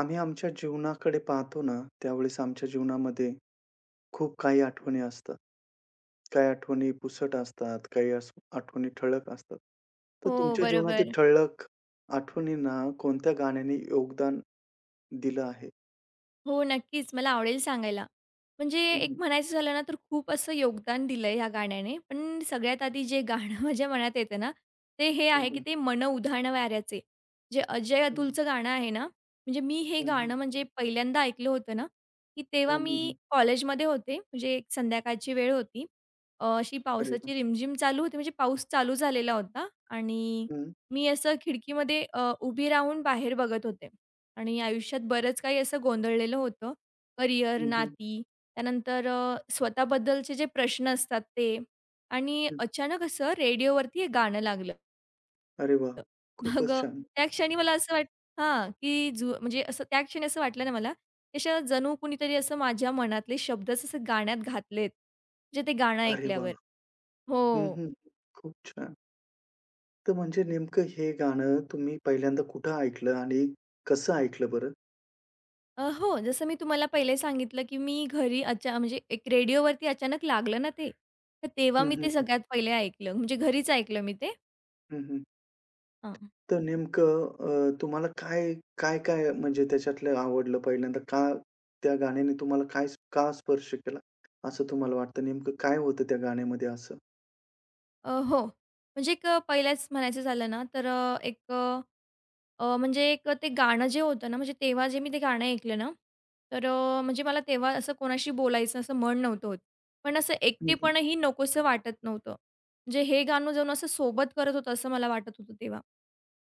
आम्ही आमच्या जीवनाकडे पाहतो ना, त्यावेळेस आमच्या जीवनामध्ये खूप काही आठवणी असतात. काही आठवणी पुसट असतात, काही आठवणी ठळक असतात. तर हो, तुमच्या जीवनातील बरोबर. ठळक आठवणींना कोणत्या गाण्याने योगदान दिलं आहे? हो, नक्कीच. मला आवडेल सांगायला. म्हणजे हं, एक हं. म्हणायचं झालं ना, तर खूप असं योगदान दिलंय ह्या गाण्याने. पण सगळ्यात आधी जे गाणं माझ्या मनात येतं ना, ते हे हं, आहे की हं. ते मन उधाण वाऱ्याचे. जे अजय हं. अतुलचं गाणं आहे ना, म्हणजे मी हे हं, गाणं म्हणजे पहिल्यांदा ऐकलं होतं ना, की तेव्हा मी कॉलेजमध्ये होते. म्हणजे एक संध्याकाळची वेळ होती. अशी अरे वाह! पावसाची रिमझिम चालू होती. म्हणजे पाऊस चालू झालेला होता आणि हं. मी असं खिडकीमध्ये उभी राहून बाहेर बघत होते. आणि आयुष्यात बरंच काही असं गोंधळलेलं होतं. करिअर, हं, हं. नाती, त्यानंतर स्वतःबद्दलचे जे प्रश्न असतात ते आणि हं. अचानक असं रेडिओवरती हे गाणं लागलं. अरे वाह! मग खूपच अ, छान. त्या क्षणी मला असं वाट हां, की म्हणजे असं त्या क्षणी असं वाटलं ना मला, की असं जणू कुणीतरी असं माझ्या मनातले शब्दच असं गाण्यात घातलेत. म्हणजे ते गाणं अरे वाह! ऐकल्यावर. हं, हो. हं. खूप छान. तर म्हणजे नेमकं हे गाणं तुम्ही पहिल्यांदा कुठं ऐकलं आणि कसं ऐकलं बरं? हो, जसं मी तुम्हाला पहिले सांगितलं, की मी घरी अचा म्हणजे एक रेडिओवरती अचानक लागलं ना ते, तर तेव्हा मी हं, ते सगळ्यात पहिले ऐकलं. म्हणजे घरीच ऐकलं मी ते. हं, हं. हां. तर नेमकं तुम्हाला काय, काय-काय म्हणजे त्याच्यातलं आवडलं पहिल्यांदा? का त्या गाण्याने तुम्हाला काय का स्पर्श केला, असं तुम्हाला वाटतं? नेमकं काय होतं त्या गाण्यामध्ये असं? हो. म्हणजे पहिलंच म्हणायचं झालं ना, तर म्हणजे एक ते गाणं जे होतं ना, म्हणजे तेव्हा जे मी ते गाणं ऐकलं ना, तर म्हणजे मला तेव्हा असं कोणाशी बोलायचं असं मन नव्हतं होत. पण असं हं, हं. एकटेपणही नकोसं वाटत नव्हतं. म्हणजे हे गाणं जणू असं सोबत करत होतं, असं मला वाटत होतं तेव्हा.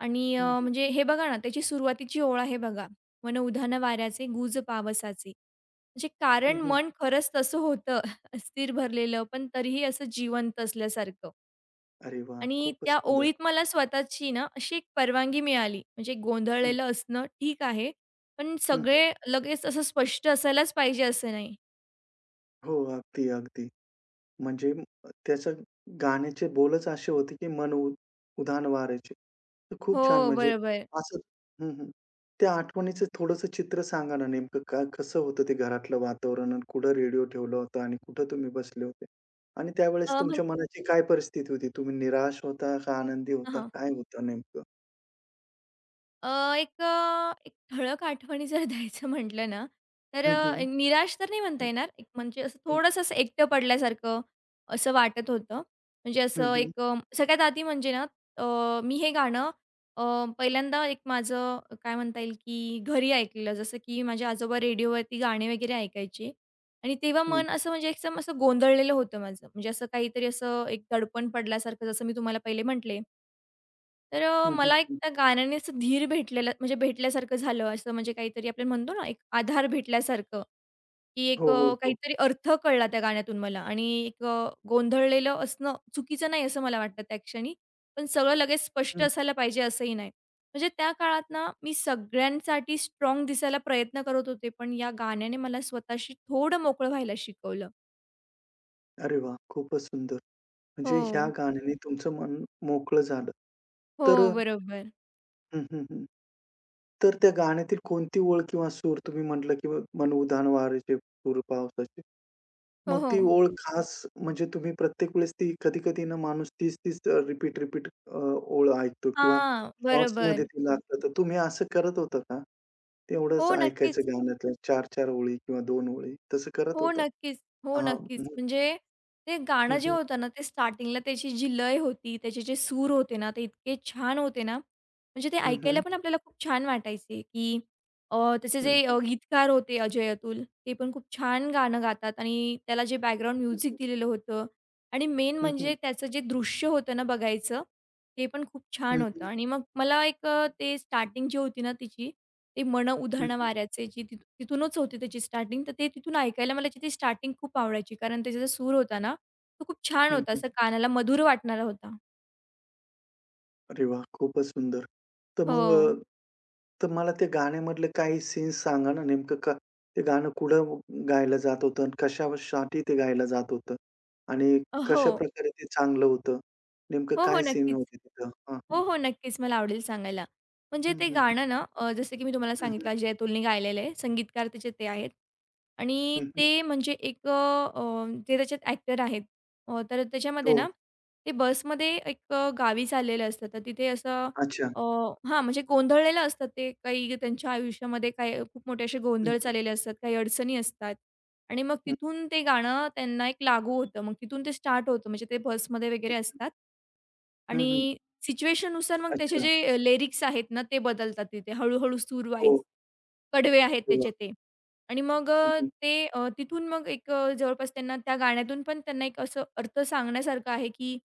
आणि हं, हं, म्हणजे हं. हे बघा ना, त्याची सुरुवातीची ओळ आहे बघा, "मन उधाण वाऱ्याचे, गुज पावसाचे." म्हणजे हं, कारण हं. मन खरंच तसं होतं अस्थिर भरलेलं, पण तरीही असं जिवंत असल्यासारखं. अरे वाह! आणि खूपच त्या सुंदर. ओळीत मला स्वतःची ना अशी एक परवानगी मिळाली. म्हणजे हं, गोंधळलेलं असणं ठीक आहे, पण हं, हं. सगळे लगेच असं स्पष्ट असायलाच पाहिजे असं नाही. हो, अगदी, अगदी. म्हणजे त्याचं गाण्याचे बोलच असे होते, की मन उधाण वारायचे. तर खूप छान हो, म्हणजे बरोबर. असं हं, हं. त्या आठवणीचं थोडंसं चित्र सांगा ना नेमकं काय कसं होतं ते घरातलं वातावरण आणि कुठं रेडिओ ठेवला होता आणि कुठं तुम्ही बसले होते? आणि त्यावेळेस अ, म्हण तुमच्या मनाची काय परिस्थिती होती? तुम्ही निराश होता का आनंदी होता? हां. काय होतं नेमकं? अ, एक ठळक आठवणी जर द्यायचं म्हटलं ना, तर हं, हं. निराश तर नाही म्हणता हं, येणार. एक म्हणजे असं हं. थोडंसं असं एकटं पडल्यासारखं असं वाटत होतं. म्हणजे हं, हं. सगळ्यात आधी म्हणजे मी हे गाणं अ, पहिल्यांदा एक माझं काय म्हणता येईल, की घरी ऐकलेलं. जसं की माझे आजोबा रेडिओवरती गाणे वगैरे ऐकायचे आणि तेव्हा हं, मन हं. असं म्हणजे एकदम असं गोंधळलेलं होतं माझं. म्हणजे असं काहीतरी असं एक दडपण पडल्यासारखं जसं मी तुम्हाला पहिले म्हटले. तर हं, मला एक त्या गाण्याने असं धीर भेटलेलं म्हणजे भेटल्यासारखं झालं. असं म्हणजे काहीतरी आपण म्हणतो ना, एक आधार भेटल्यासारखं, की हो, हो, हो. काहीतरी अर्थ कळला त्या गाण्यातून मला आणि गोंधळलेलं असणं चुकीचं नाही असं मला वाटतं त्या क्षणी. पण सगळं लगेच स्पष्ट हं. असायला पाहिजे असंही नाही. म्हणजे त्या काळात ना, मी सगळ्यांसाठी स्ट्राँग दिसायला प्रयत्न करत होते. पण या गाण्याने मला स्वतःशी थोडं मोकळं व्हायला शिकवलं. अरे वाह! खूपच सुंदर. म्हणजे ह्या हो. गाण्याने तुमचं मन मोकळं झालं. हो, तर बरोबर. हं, हं, हं. तर त्या गाण्यातील कोणती ओळ किंवा सूर तुम्ही म्हटलं की "मन उधाण वारेचे सूर पावसाचे." हो, मग ती हो. ओळ खास म्हणजे तुम्ही प्रत्येक वेळेस ती कधी-कधी ना माणूस तीच-तीच रिपीट-रिपीट ओळ ऐकतो किंवा हां, बरोबर. शॉर्ट्समध्ये ते लागतं. तर तुम्ही असं करत होता का? हो, तेवढंच ऐकायचं नक्कीच. गाण्यातल्या 4-4 ओळी किंवा 2 ओळी तसं करत हो, होता? नक्कीच. हो, हां. नक्कीच. म्हणजे ते गाणं जे हं. होतं ना, ते स्टार्टिंगला त्याची जी लय होती, त्याचे जे सूर होते ना, ते इतके छान होते ना, म्हणजे ते हं, ऐकायला हं. पण आपल्याला खूप छान वाटायचे, की अ, त्याचे हं, जे हं. गीतकार होते अजय अतुल, ते पण खूप छान गाणं गातात आणि त्याला जे बॅकग्राऊंड हं, म्युझिक हं. दिलेलं होतं आणि मेन हं, हं. म्हणजे त्याचं जे दृश्य होतं ना बघायचं, ते पण खूप छान हं, होतं हं. आणि मग मला ते स्टार्टिंग जी होती ना तिची ते "मन हं, उधाण हं. वाऱ्याचे" जी तिथूनच होती त्याची स्टार्टिंग. तर ते तिथून ऐकायला मला ती स्टार्टिंग खूप आवडायची. कारण त्याचा जो सूर होता ना, तो खूप छान हं, होता. हं. असा कानाला मधुर वाटणारा होता. अरे वाह! खूपच सुंदर. तर मग हो. तर मला ते गाण्यामधले काही सीन्स सांगा ना नेमकं का ते गाणं कुठं गायलं जात होतं आणि कशासाठी ते गायलं जात होतं? आणि हो. कशाप्रकारे ते चांगलं होतं? नेमकं हो, हो. काय सीन नक्कीच. होते तिथं? हां, हां. हो, हो. नक्कीच. मला आवडेल सांगायला. म्हणजे हं, ते हं. गाणं ना, जसं की मी तुम्हाला हं, हं. सांगितलं अजय अतुलने गायलेलं आहे. संगीतकार त्याचे ते आहेत. आणि हं, हं. ते म्हणजे ते त्याच्यात ॲक्टर आहेत. तर त्याच्यामध्ये हो. ना ते बसमध्ये गावी चाललेलं असतं. तर तिथे असं अच्छा. अ, हां, म्हणजे गोंधळलेलं असतात ते. काही त्यांच्या आयुष्यामध्ये काही खूप मोठे असे हं, गोंधळ हं. चाललेले असतात. काही अडचणी असतात. आणि मग हं. तिथून ते गाणं त्यांना एक लागू होतं. मग तिथून ते स्टार्ट होतं. म्हणजे ते बसमध्ये वगैरे असतात. हं, हं. आणि सिच्युएशननुसार मग त्याचे अच्छा. जे लिरिक्स आहेत ना, ते बदलतात तिथे हळू-हळू सूर हो. वाईज. कडवे आहेत अरे त्याचे वाह! ते. आणि मग हं, अ, हं. ते अ, तिथून मग जवळपास त्यांना त्या गाण्यातून पण त्यांना एक असं अर्थ सांगण्यासारखं आहे, की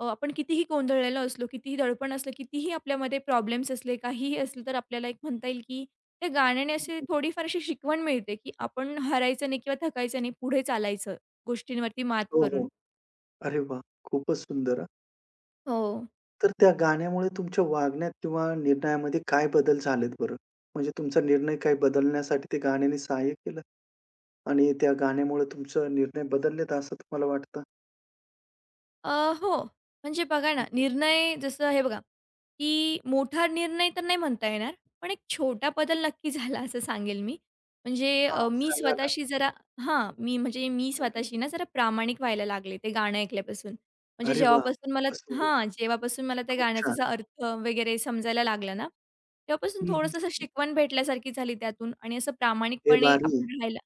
आपण कितीही गोंधळलेलो असलो, कितीही दडपण असलं, कितीही आपल्यामध्ये प्रॉब्लेम्स असले, काहीही असलं, तर आपल्याला एक म्हणता येईल, की त्या गाण्याने हं, अशी हं. थोडीफार अशी शिकवण मिळते, की आपण हरायचं नाही किंवा थकायचं नाही, पुढे चालायचं गोष्टींवरती मात हो, करून. हो. अरे वाह! खूपच सुंदर हो. तर त्या गाण्यामुळे तुमच्या वागण्यात किंवा निर्णयामध्ये काय बदल झालेत बरं? म्हणजे तुमचा निर्णय काही बदलण्यासाठी ते गाण्याने सहाय्य केलं आणि त्या गाण्यामुळे तुमचा निर्णय बदललेत असं तुम्हाला वाटतं? अ, हो. म्हणजे बघा ना, हं, हं. निर्णय जसं हे बघा, की मोठा निर्णय तर नाही म्हणता येणार, पण एक छोटा बदल नक्की झाला असं सांगेल मी. म्हणजे हां, सांगा ना. मी म्हणजे मी हं, हं. स्वतःशी ना जरा प्रामाणिक व्हायला लागले ते गाणं ऐकल्यापासून. म्हणजे अरे वाह! जेव्हापासून मला खूपच सुंदर. हां, जेव्हापासून मला त्या खूप गाण्याचा असा छान. अर्थ वगैरे समजायला लागला ना, तेव्हापासून हं, हं. थोडंसं असं शिकवण भेटल्यासारखी झाली त्यातून आणि असं हे प्रामाणिकपणे भारी आहे. आपण राहायला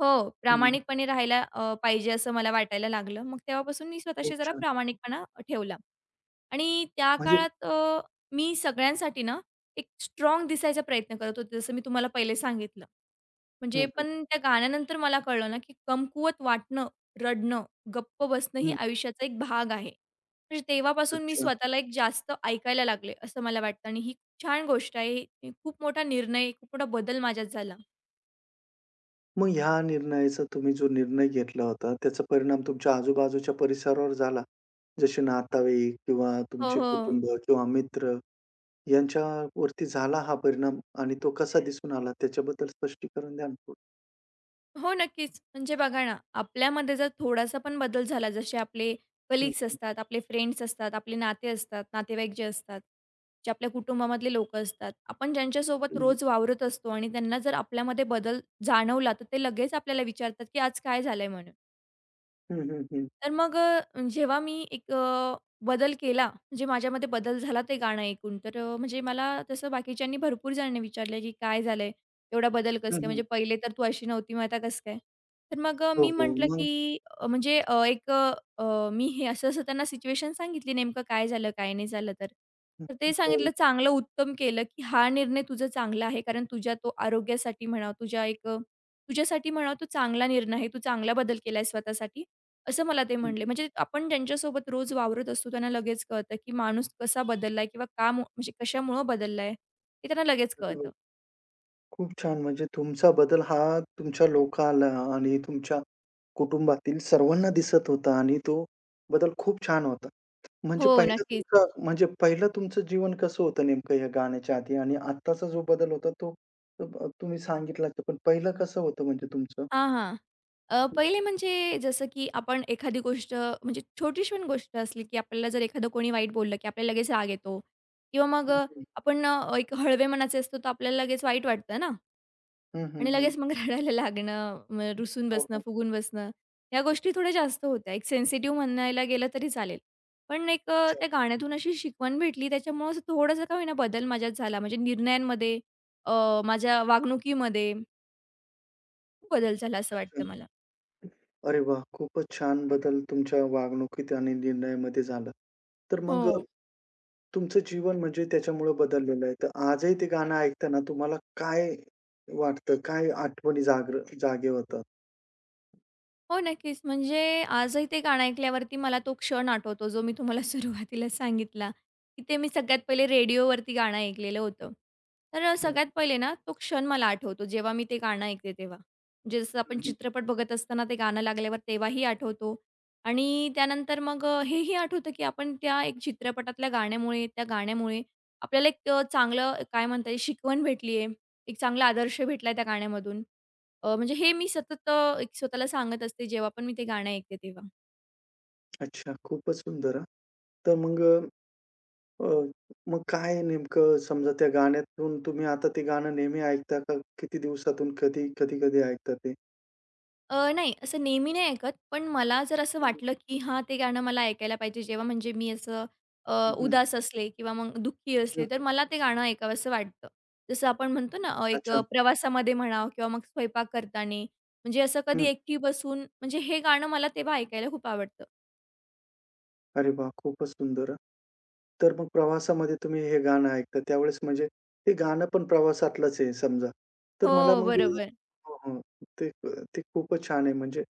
हो, हं, प्रामाणिकपणे राहायला पाहिजे असं मला वाटायला लागलं. मग तेव्हापासून मी स्वतःशी खूप जरा छान. प्रामाणिकपणा ठेवला आणि त्या म्हणजे काळात मी सगळ्यांसाठी ना, एक स्ट्राँग दिसायचा प्रयत्न करत होते, जसं मी तुम्हाला पहिले सांगितलं. हं, म्हणजे हं, हं. पण त्या गाण्यानंतर मला कळलं ना, की कमकुवत वाटणं, रडणं, गप्प बसणं ही आयुष्याचा एक भाग आहे. म्हणजे तेव्हापासून मी अच्छा. स्वतःला एक जास्त ऐकायला लागले, असं मला वाटतं आणि ही खूप छान गोष्ट आहे. ही खूप मोठा निर्णय, खूप मोठा बदल माझ्यात झाला. मग ह्या निर्णयाचा तुम्ही जो निर्णय घेतला होता, त्याचा परिणाम तुमच्या आजूबाजूच्या परिसरावर झाला? जसे नातेवाईक किंवा हो, तुमचे हो. कुटुंब किंवा मित्र यांच्यावरती झाला हा परिणाम आणि तो कसा दिसून आला त्याच्याबद्दल स्पष्टीकरण द्या ना थोडं? हो, नक्कीच. म्हणजे बघा ना, आपल्यामध्ये जर थोडासा पण बदल झाला, जसे आपले हं, कलीग्स हं. असतात, आपले फ्रेंड्स असतात, आपले नाते असतात, नातेवाईक जे असतात, जे आपल्या कुटुंबामधले लोकं असतात. आपण ज्यांच्यासोबत हं, हं. रोज वावरत असतो आणि त्यांना जर आपल्यामध्ये बदल जाणवला, तर ते लगेच आपल्याला विचारतात, की "आज काय झालंय?" म्हणून. हं, हं, हं. तर जेव्हा मी बदल केला, म्हणजे माझ्यामध्ये बदल झाला ते गाणं ऐकून, तर म्हणजे मला तसं बाकीच्यांनी भरपूर जणांनी विचारलं, की "काय झालंय? एवढा बदल कसं काय? म्हणजे पहिले तर तू अशी नव्हती, मग आता कसं काय?" तर हो, मी हो. म्हटलं, मग की अ, म्हणजे अ, एक अ, अ, मी हे असं-असं त्यांना सिच्युएशन सांगितली, नेमकं काय झालं, काय नाही झालं तर. हं, तर ते हो. सांगितलं, "चांगलं उत्तम केलं, की हा निर्णय तुझा चांगला आहे, कारण तुझ्या तो आरोग्यासाठी म्हणा, तुझ्यासाठी म्हणा, तो चांगला निर्णय आहे. तू चांगला बदल केलाय स्वतःसाठी." असं मला ते हं, म्हणले. हं. म्हणजे आपण ज्यांच्यासोबत रोज वावरत असतो त्यांना लगेच कळतं, की माणूस कसा बदललाय किंवा का मु म्हणजे कशामुळं बदललाय, हे त्यांना लगेच अरे कळतं. हो. खूप छान. म्हणजे तुमचा बदल हा तुमच्या लोकाला आणि तुमच्या कुटुंबातील सर्वांना दिसत होता आणि तो बदल खूप छान होता. हो, म्हणजे पहिलं नक्कीच. तुमचं म्हणजे पहिलं तुमचं जीवन कसं होतं नेमकं या गाण्याच्या आधी आणि आत्ताचा जो बदल होता तो तुम्ही सांगितलाच पण पहिलं कसं होतं म्हणजे तुमचं? हां, हां. पहिले म्हणजे जसं की आपण एखादी गोष्ट म्हणजे छोटीशी पण गोष्ट असली, की आपल्याला जर एखादं कोणी वाईट बोललं, की आपल्याला लगेच राग येतो किंवा मग हं, अ, हं. आपण एक हळवे मनाचे असतो, तर आपल्याला लगेच वाईट वाटतं ना. हं, आणि हं, हं. लगेच मग रडायला लागणं, मग रुसून हो, बसणं, हो. फुगून बसणं, ह्या गोष्टी थोड्या जास्त होत्या. एक सेन्सिटिव्ह म्हणायला गेलं तरी चालेल. पण अच्छा, त्या गाण्यातून अशी शिकवण भेटली त्याच्यामुळं असं थोडासा का होईना बदल माझ्यात झाला. म्हणजे निर्णयांमध्ये, माझ्या वागणुकीमध्ये खूप बदल झाला असं अच्छा. वाटतं मला. अरे वाह! खूपच छान बदल तुमच्या वागणुकीत आणि निर्णयामध्ये झाला. तर मग हं. हो. तुमचं जीवन म्हणजे त्याच्यामुळे बदललेलं आहे. तर आजही ते गाणं ऐकताना तुम्हाला काय वाटतं? काय आठवणी जागे होतात? हो, नक्कीच. म्हणजे आजही ते गाणं ऐकल्यावरती मला तो क्षण आठवतो, जो मी तुम्हाला सुरुवातीला सांगितला, की ते मी सगळ्यात पहिले रेडिओवरती गाणं ऐकलेलं होतं. तर हं, सगळ्यात हं. पहिले ना तो क्षण मला आठवतो, जेव्हा मी ते गाणं ऐकते तेव्हा. म्हणजे जसं आपण हं, हं. चित्रपट बघत असताना ते गाणं लागल्यावर तेव्हाही आठवतो आणि त्यानंतर हेही आठवतं, की आपण त्या एक चित्रपटातल्या गाण्यामुळे, त्या गाण्यामुळे आपल्याला चांगलं काय म्हणता येईल, शिकवण भेटली आहे. एक चांगला आदर्श भेटला त्या गाण्यामधून. म्हणजे हे मी सतत एक स्वतःला सांगत असते जेव्हा पण मी ते गाणं ऐकते तेव्हा. अच्छा, खूपच सुंदर हां. तर मग अ, मग काय नेमकं समजा त्या गाण्यातून तुम्ही आता ते गाणं नेहमी ऐकता का? किती दिवसातून कधी, कधी-कधी ऐकता ते? नाही असं नेहमी नाही ऐकत, पण मला जर असं हं. वाटलं, की हां, ते गाणं मला ऐकायला पाहिजे जेव्हा म्हणजे मी असं हं, हं. उदास असले किंवा मग दुःखी असले, हं. तर मला ते गाणं ऐकावंसं वाटतं. जसं आपण म्हणतो ना अच्छा. प्रवासामध्ये म्हणा किंवा मग स्वयंपाक करताना, म्हणजे असं कधी हं. एकटी बसून म्हणजे हे गाणं मला तेव्हा ऐकायला खूप आवडतं. अरे वाह! खूपच सुंदर हां. तर मग प्रवासामध्ये तुम्ही हे गाणं ऐकता त्यावेळेस म्हणजे ते गाणं पण प्रवासातलंच आहे समजा. तर मला हो, मग हं. बरोबर. हो, हो. ते ते खूपच छान आहे म्हणजे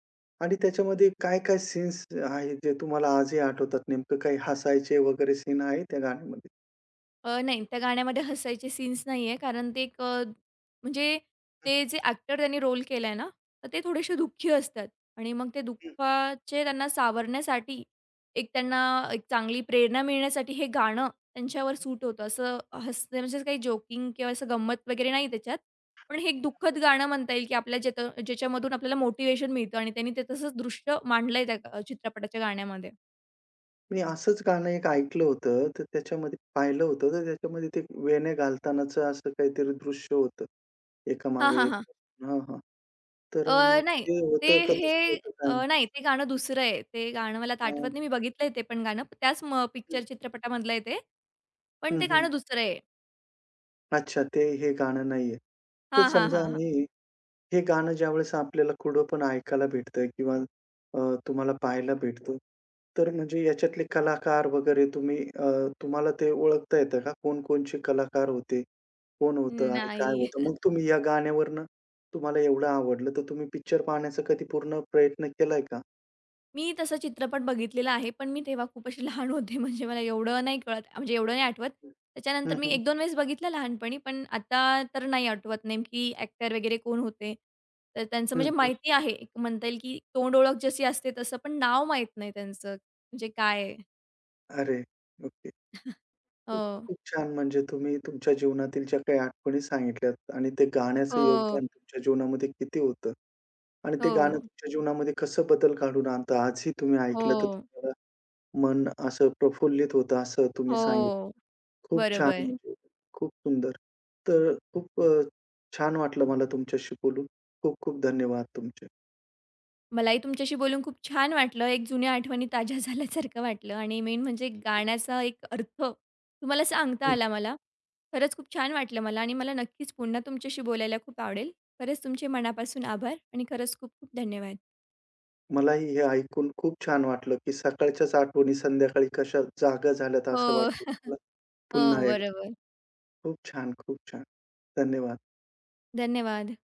आणि त्याच्यामध्ये काय-काय सीन्स आहेत जे तुम्हाला आजही आठवतात? नेमकं काही हसायचे वगैरे सीन आहे त्या गाण्यामध्ये? नाही, त्या गाण्यामध्ये हसायचे सीन्स नाहीये कारण ते म्हणजे हं, ते जे ॲक्टर त्यांनी रोल केलाय ना, तर ते थोडेसे दुःखी असतात आणि मग ते हं. दुःखाचे त्यांना सावरण्यासाठी एक त्यांना एक चांगली प्रेरणा मिळण्यासाठी हे गाणं त्यांच्यावर सूट होतं. असं हसणे म्हणजे काही जोकिंग किंवा असं गंमत वगैरे नाही त्याच्यात. पण हे एक दुःखद गाणं म्हणता येईल, की आपल्या ज्यात ज्याच्यामधून आपल्याला मोटिव्हेशन मिळतं आणि त्यांनी ते तसंच दृश्य मांडलंय त्या चित्रपटाच्या गाण्यामध्ये. मी असंच गाणं एक ऐकलं होतं, तर त्याच्यामध्ये पाहिलं होतं, तर त्याच्यामध्ये ते वेण्या घालतानाचं असं काहीतरी दृश्य होतं. हां, एकामागे हां, एक. हां. हां, हां. तर मग नाही. ते ते होतं का हे दुसरं होतं नाही ते गाणं दुसरं आहे. ते गाणं मला आता आठवत काय? नाही. मी बघितलंय ते पण गाणं. प त्याच म पिक्चर हं, चित्रपटामधलं आहे ते. पण हं, ते हं. गाणं दुसरं आहे. अच्छा, ते हे गाणं नाहीये. तर हां, हां, हां, समजा हां. आम्ही हे गाणं ज्यावेळेस आपल्याला कुठं पण ऐकायला भेटतं किंवा अ, तुम्हाला पाहायला भेटतं, तर म्हणजे याच्यातले कलाकार वगैरे तुम्ही तुम्हाला ते ओळखता येतं का? कोण-कोणचे कलाकार होते? कोण होतं आणि काय नाही. होतं? मग तुम्ही या गाण्यावरनं तुम्हाला एवढं आवडलं, तर तुम्ही पिक्चर पाहण्याचा कधी पूर्ण प्रयत्न केलाय का? मी तसा चित्रपट बघितलेला आहे, पण मी तेव्हा खूप अशी लहान होते म्हणजे मला एवढं नाही कळत, म्हणजे एवढं नाही आठवत. त्याच्यानंतर हं, मी हं. 1-2 वेळेस बघितला लहानपणी, पण आता तर नाही आठवत नेमकी ॲक्टर वगैरे कोण होते. तर त्यांचं म्हणजे हं, हं. माहिती आहे, एक म्हणता येईल की तोंड ओळख जशी असते तसं, पण नाव माहीत नाही त्यांचं म्हणजे काय आहे. अरे! ओके. हो. खूप छान. म्हणजे तुम्ही तुमच्या जीवनातील ज्या काही आठवणी सांगितल्यात आणि ते गाण्याचं हो, योगदान तुमच्या जीवनामध्ये किती होतं आणि ते गाणं हो, तुमच्या जीवनामध्ये कसं बदल घडवून आणतं, आजही तुम्ही ऐकलं हो, तर तुम्हाला मन असं प्रफुल्लित होतं, असं तुम्ही सांगितलं. हो. खूप छान बरोबर. म्हणजे खूप सुंदर. तर खूप छान वाटलं मला तुमच्याशी बोलून. खूप खूप धन्यवाद तुमचे. मलाही तुमच्याशी बोलून खूप छान वाटलं. एक जुन्या आठवणी ताज्या झाल्यासारखं वाटलं आणि मेन म्हणजे गाण्याचा एक अर्थ तुम्हाला सांगता हं. आला मला. खरंच खूप छान वाटलं मला आणि मला नक्कीच पुन्हा तुमच्याशी बोलायला खूप आवडेल. खरंच तुमचे मनापासून आभार आणि खरंच खूप खूप धन्यवाद. मलाही हे ऐकून खूप छान वाटलं, की सकाळच्याच आठवणी संध्याकाळी कशा जाग्या झाल्यात हो, असं वाटलं मला. पुन्हा हो. एकदा बरोबर. खूप छान, खूप छान. धन्यवाद. धन्यवाद.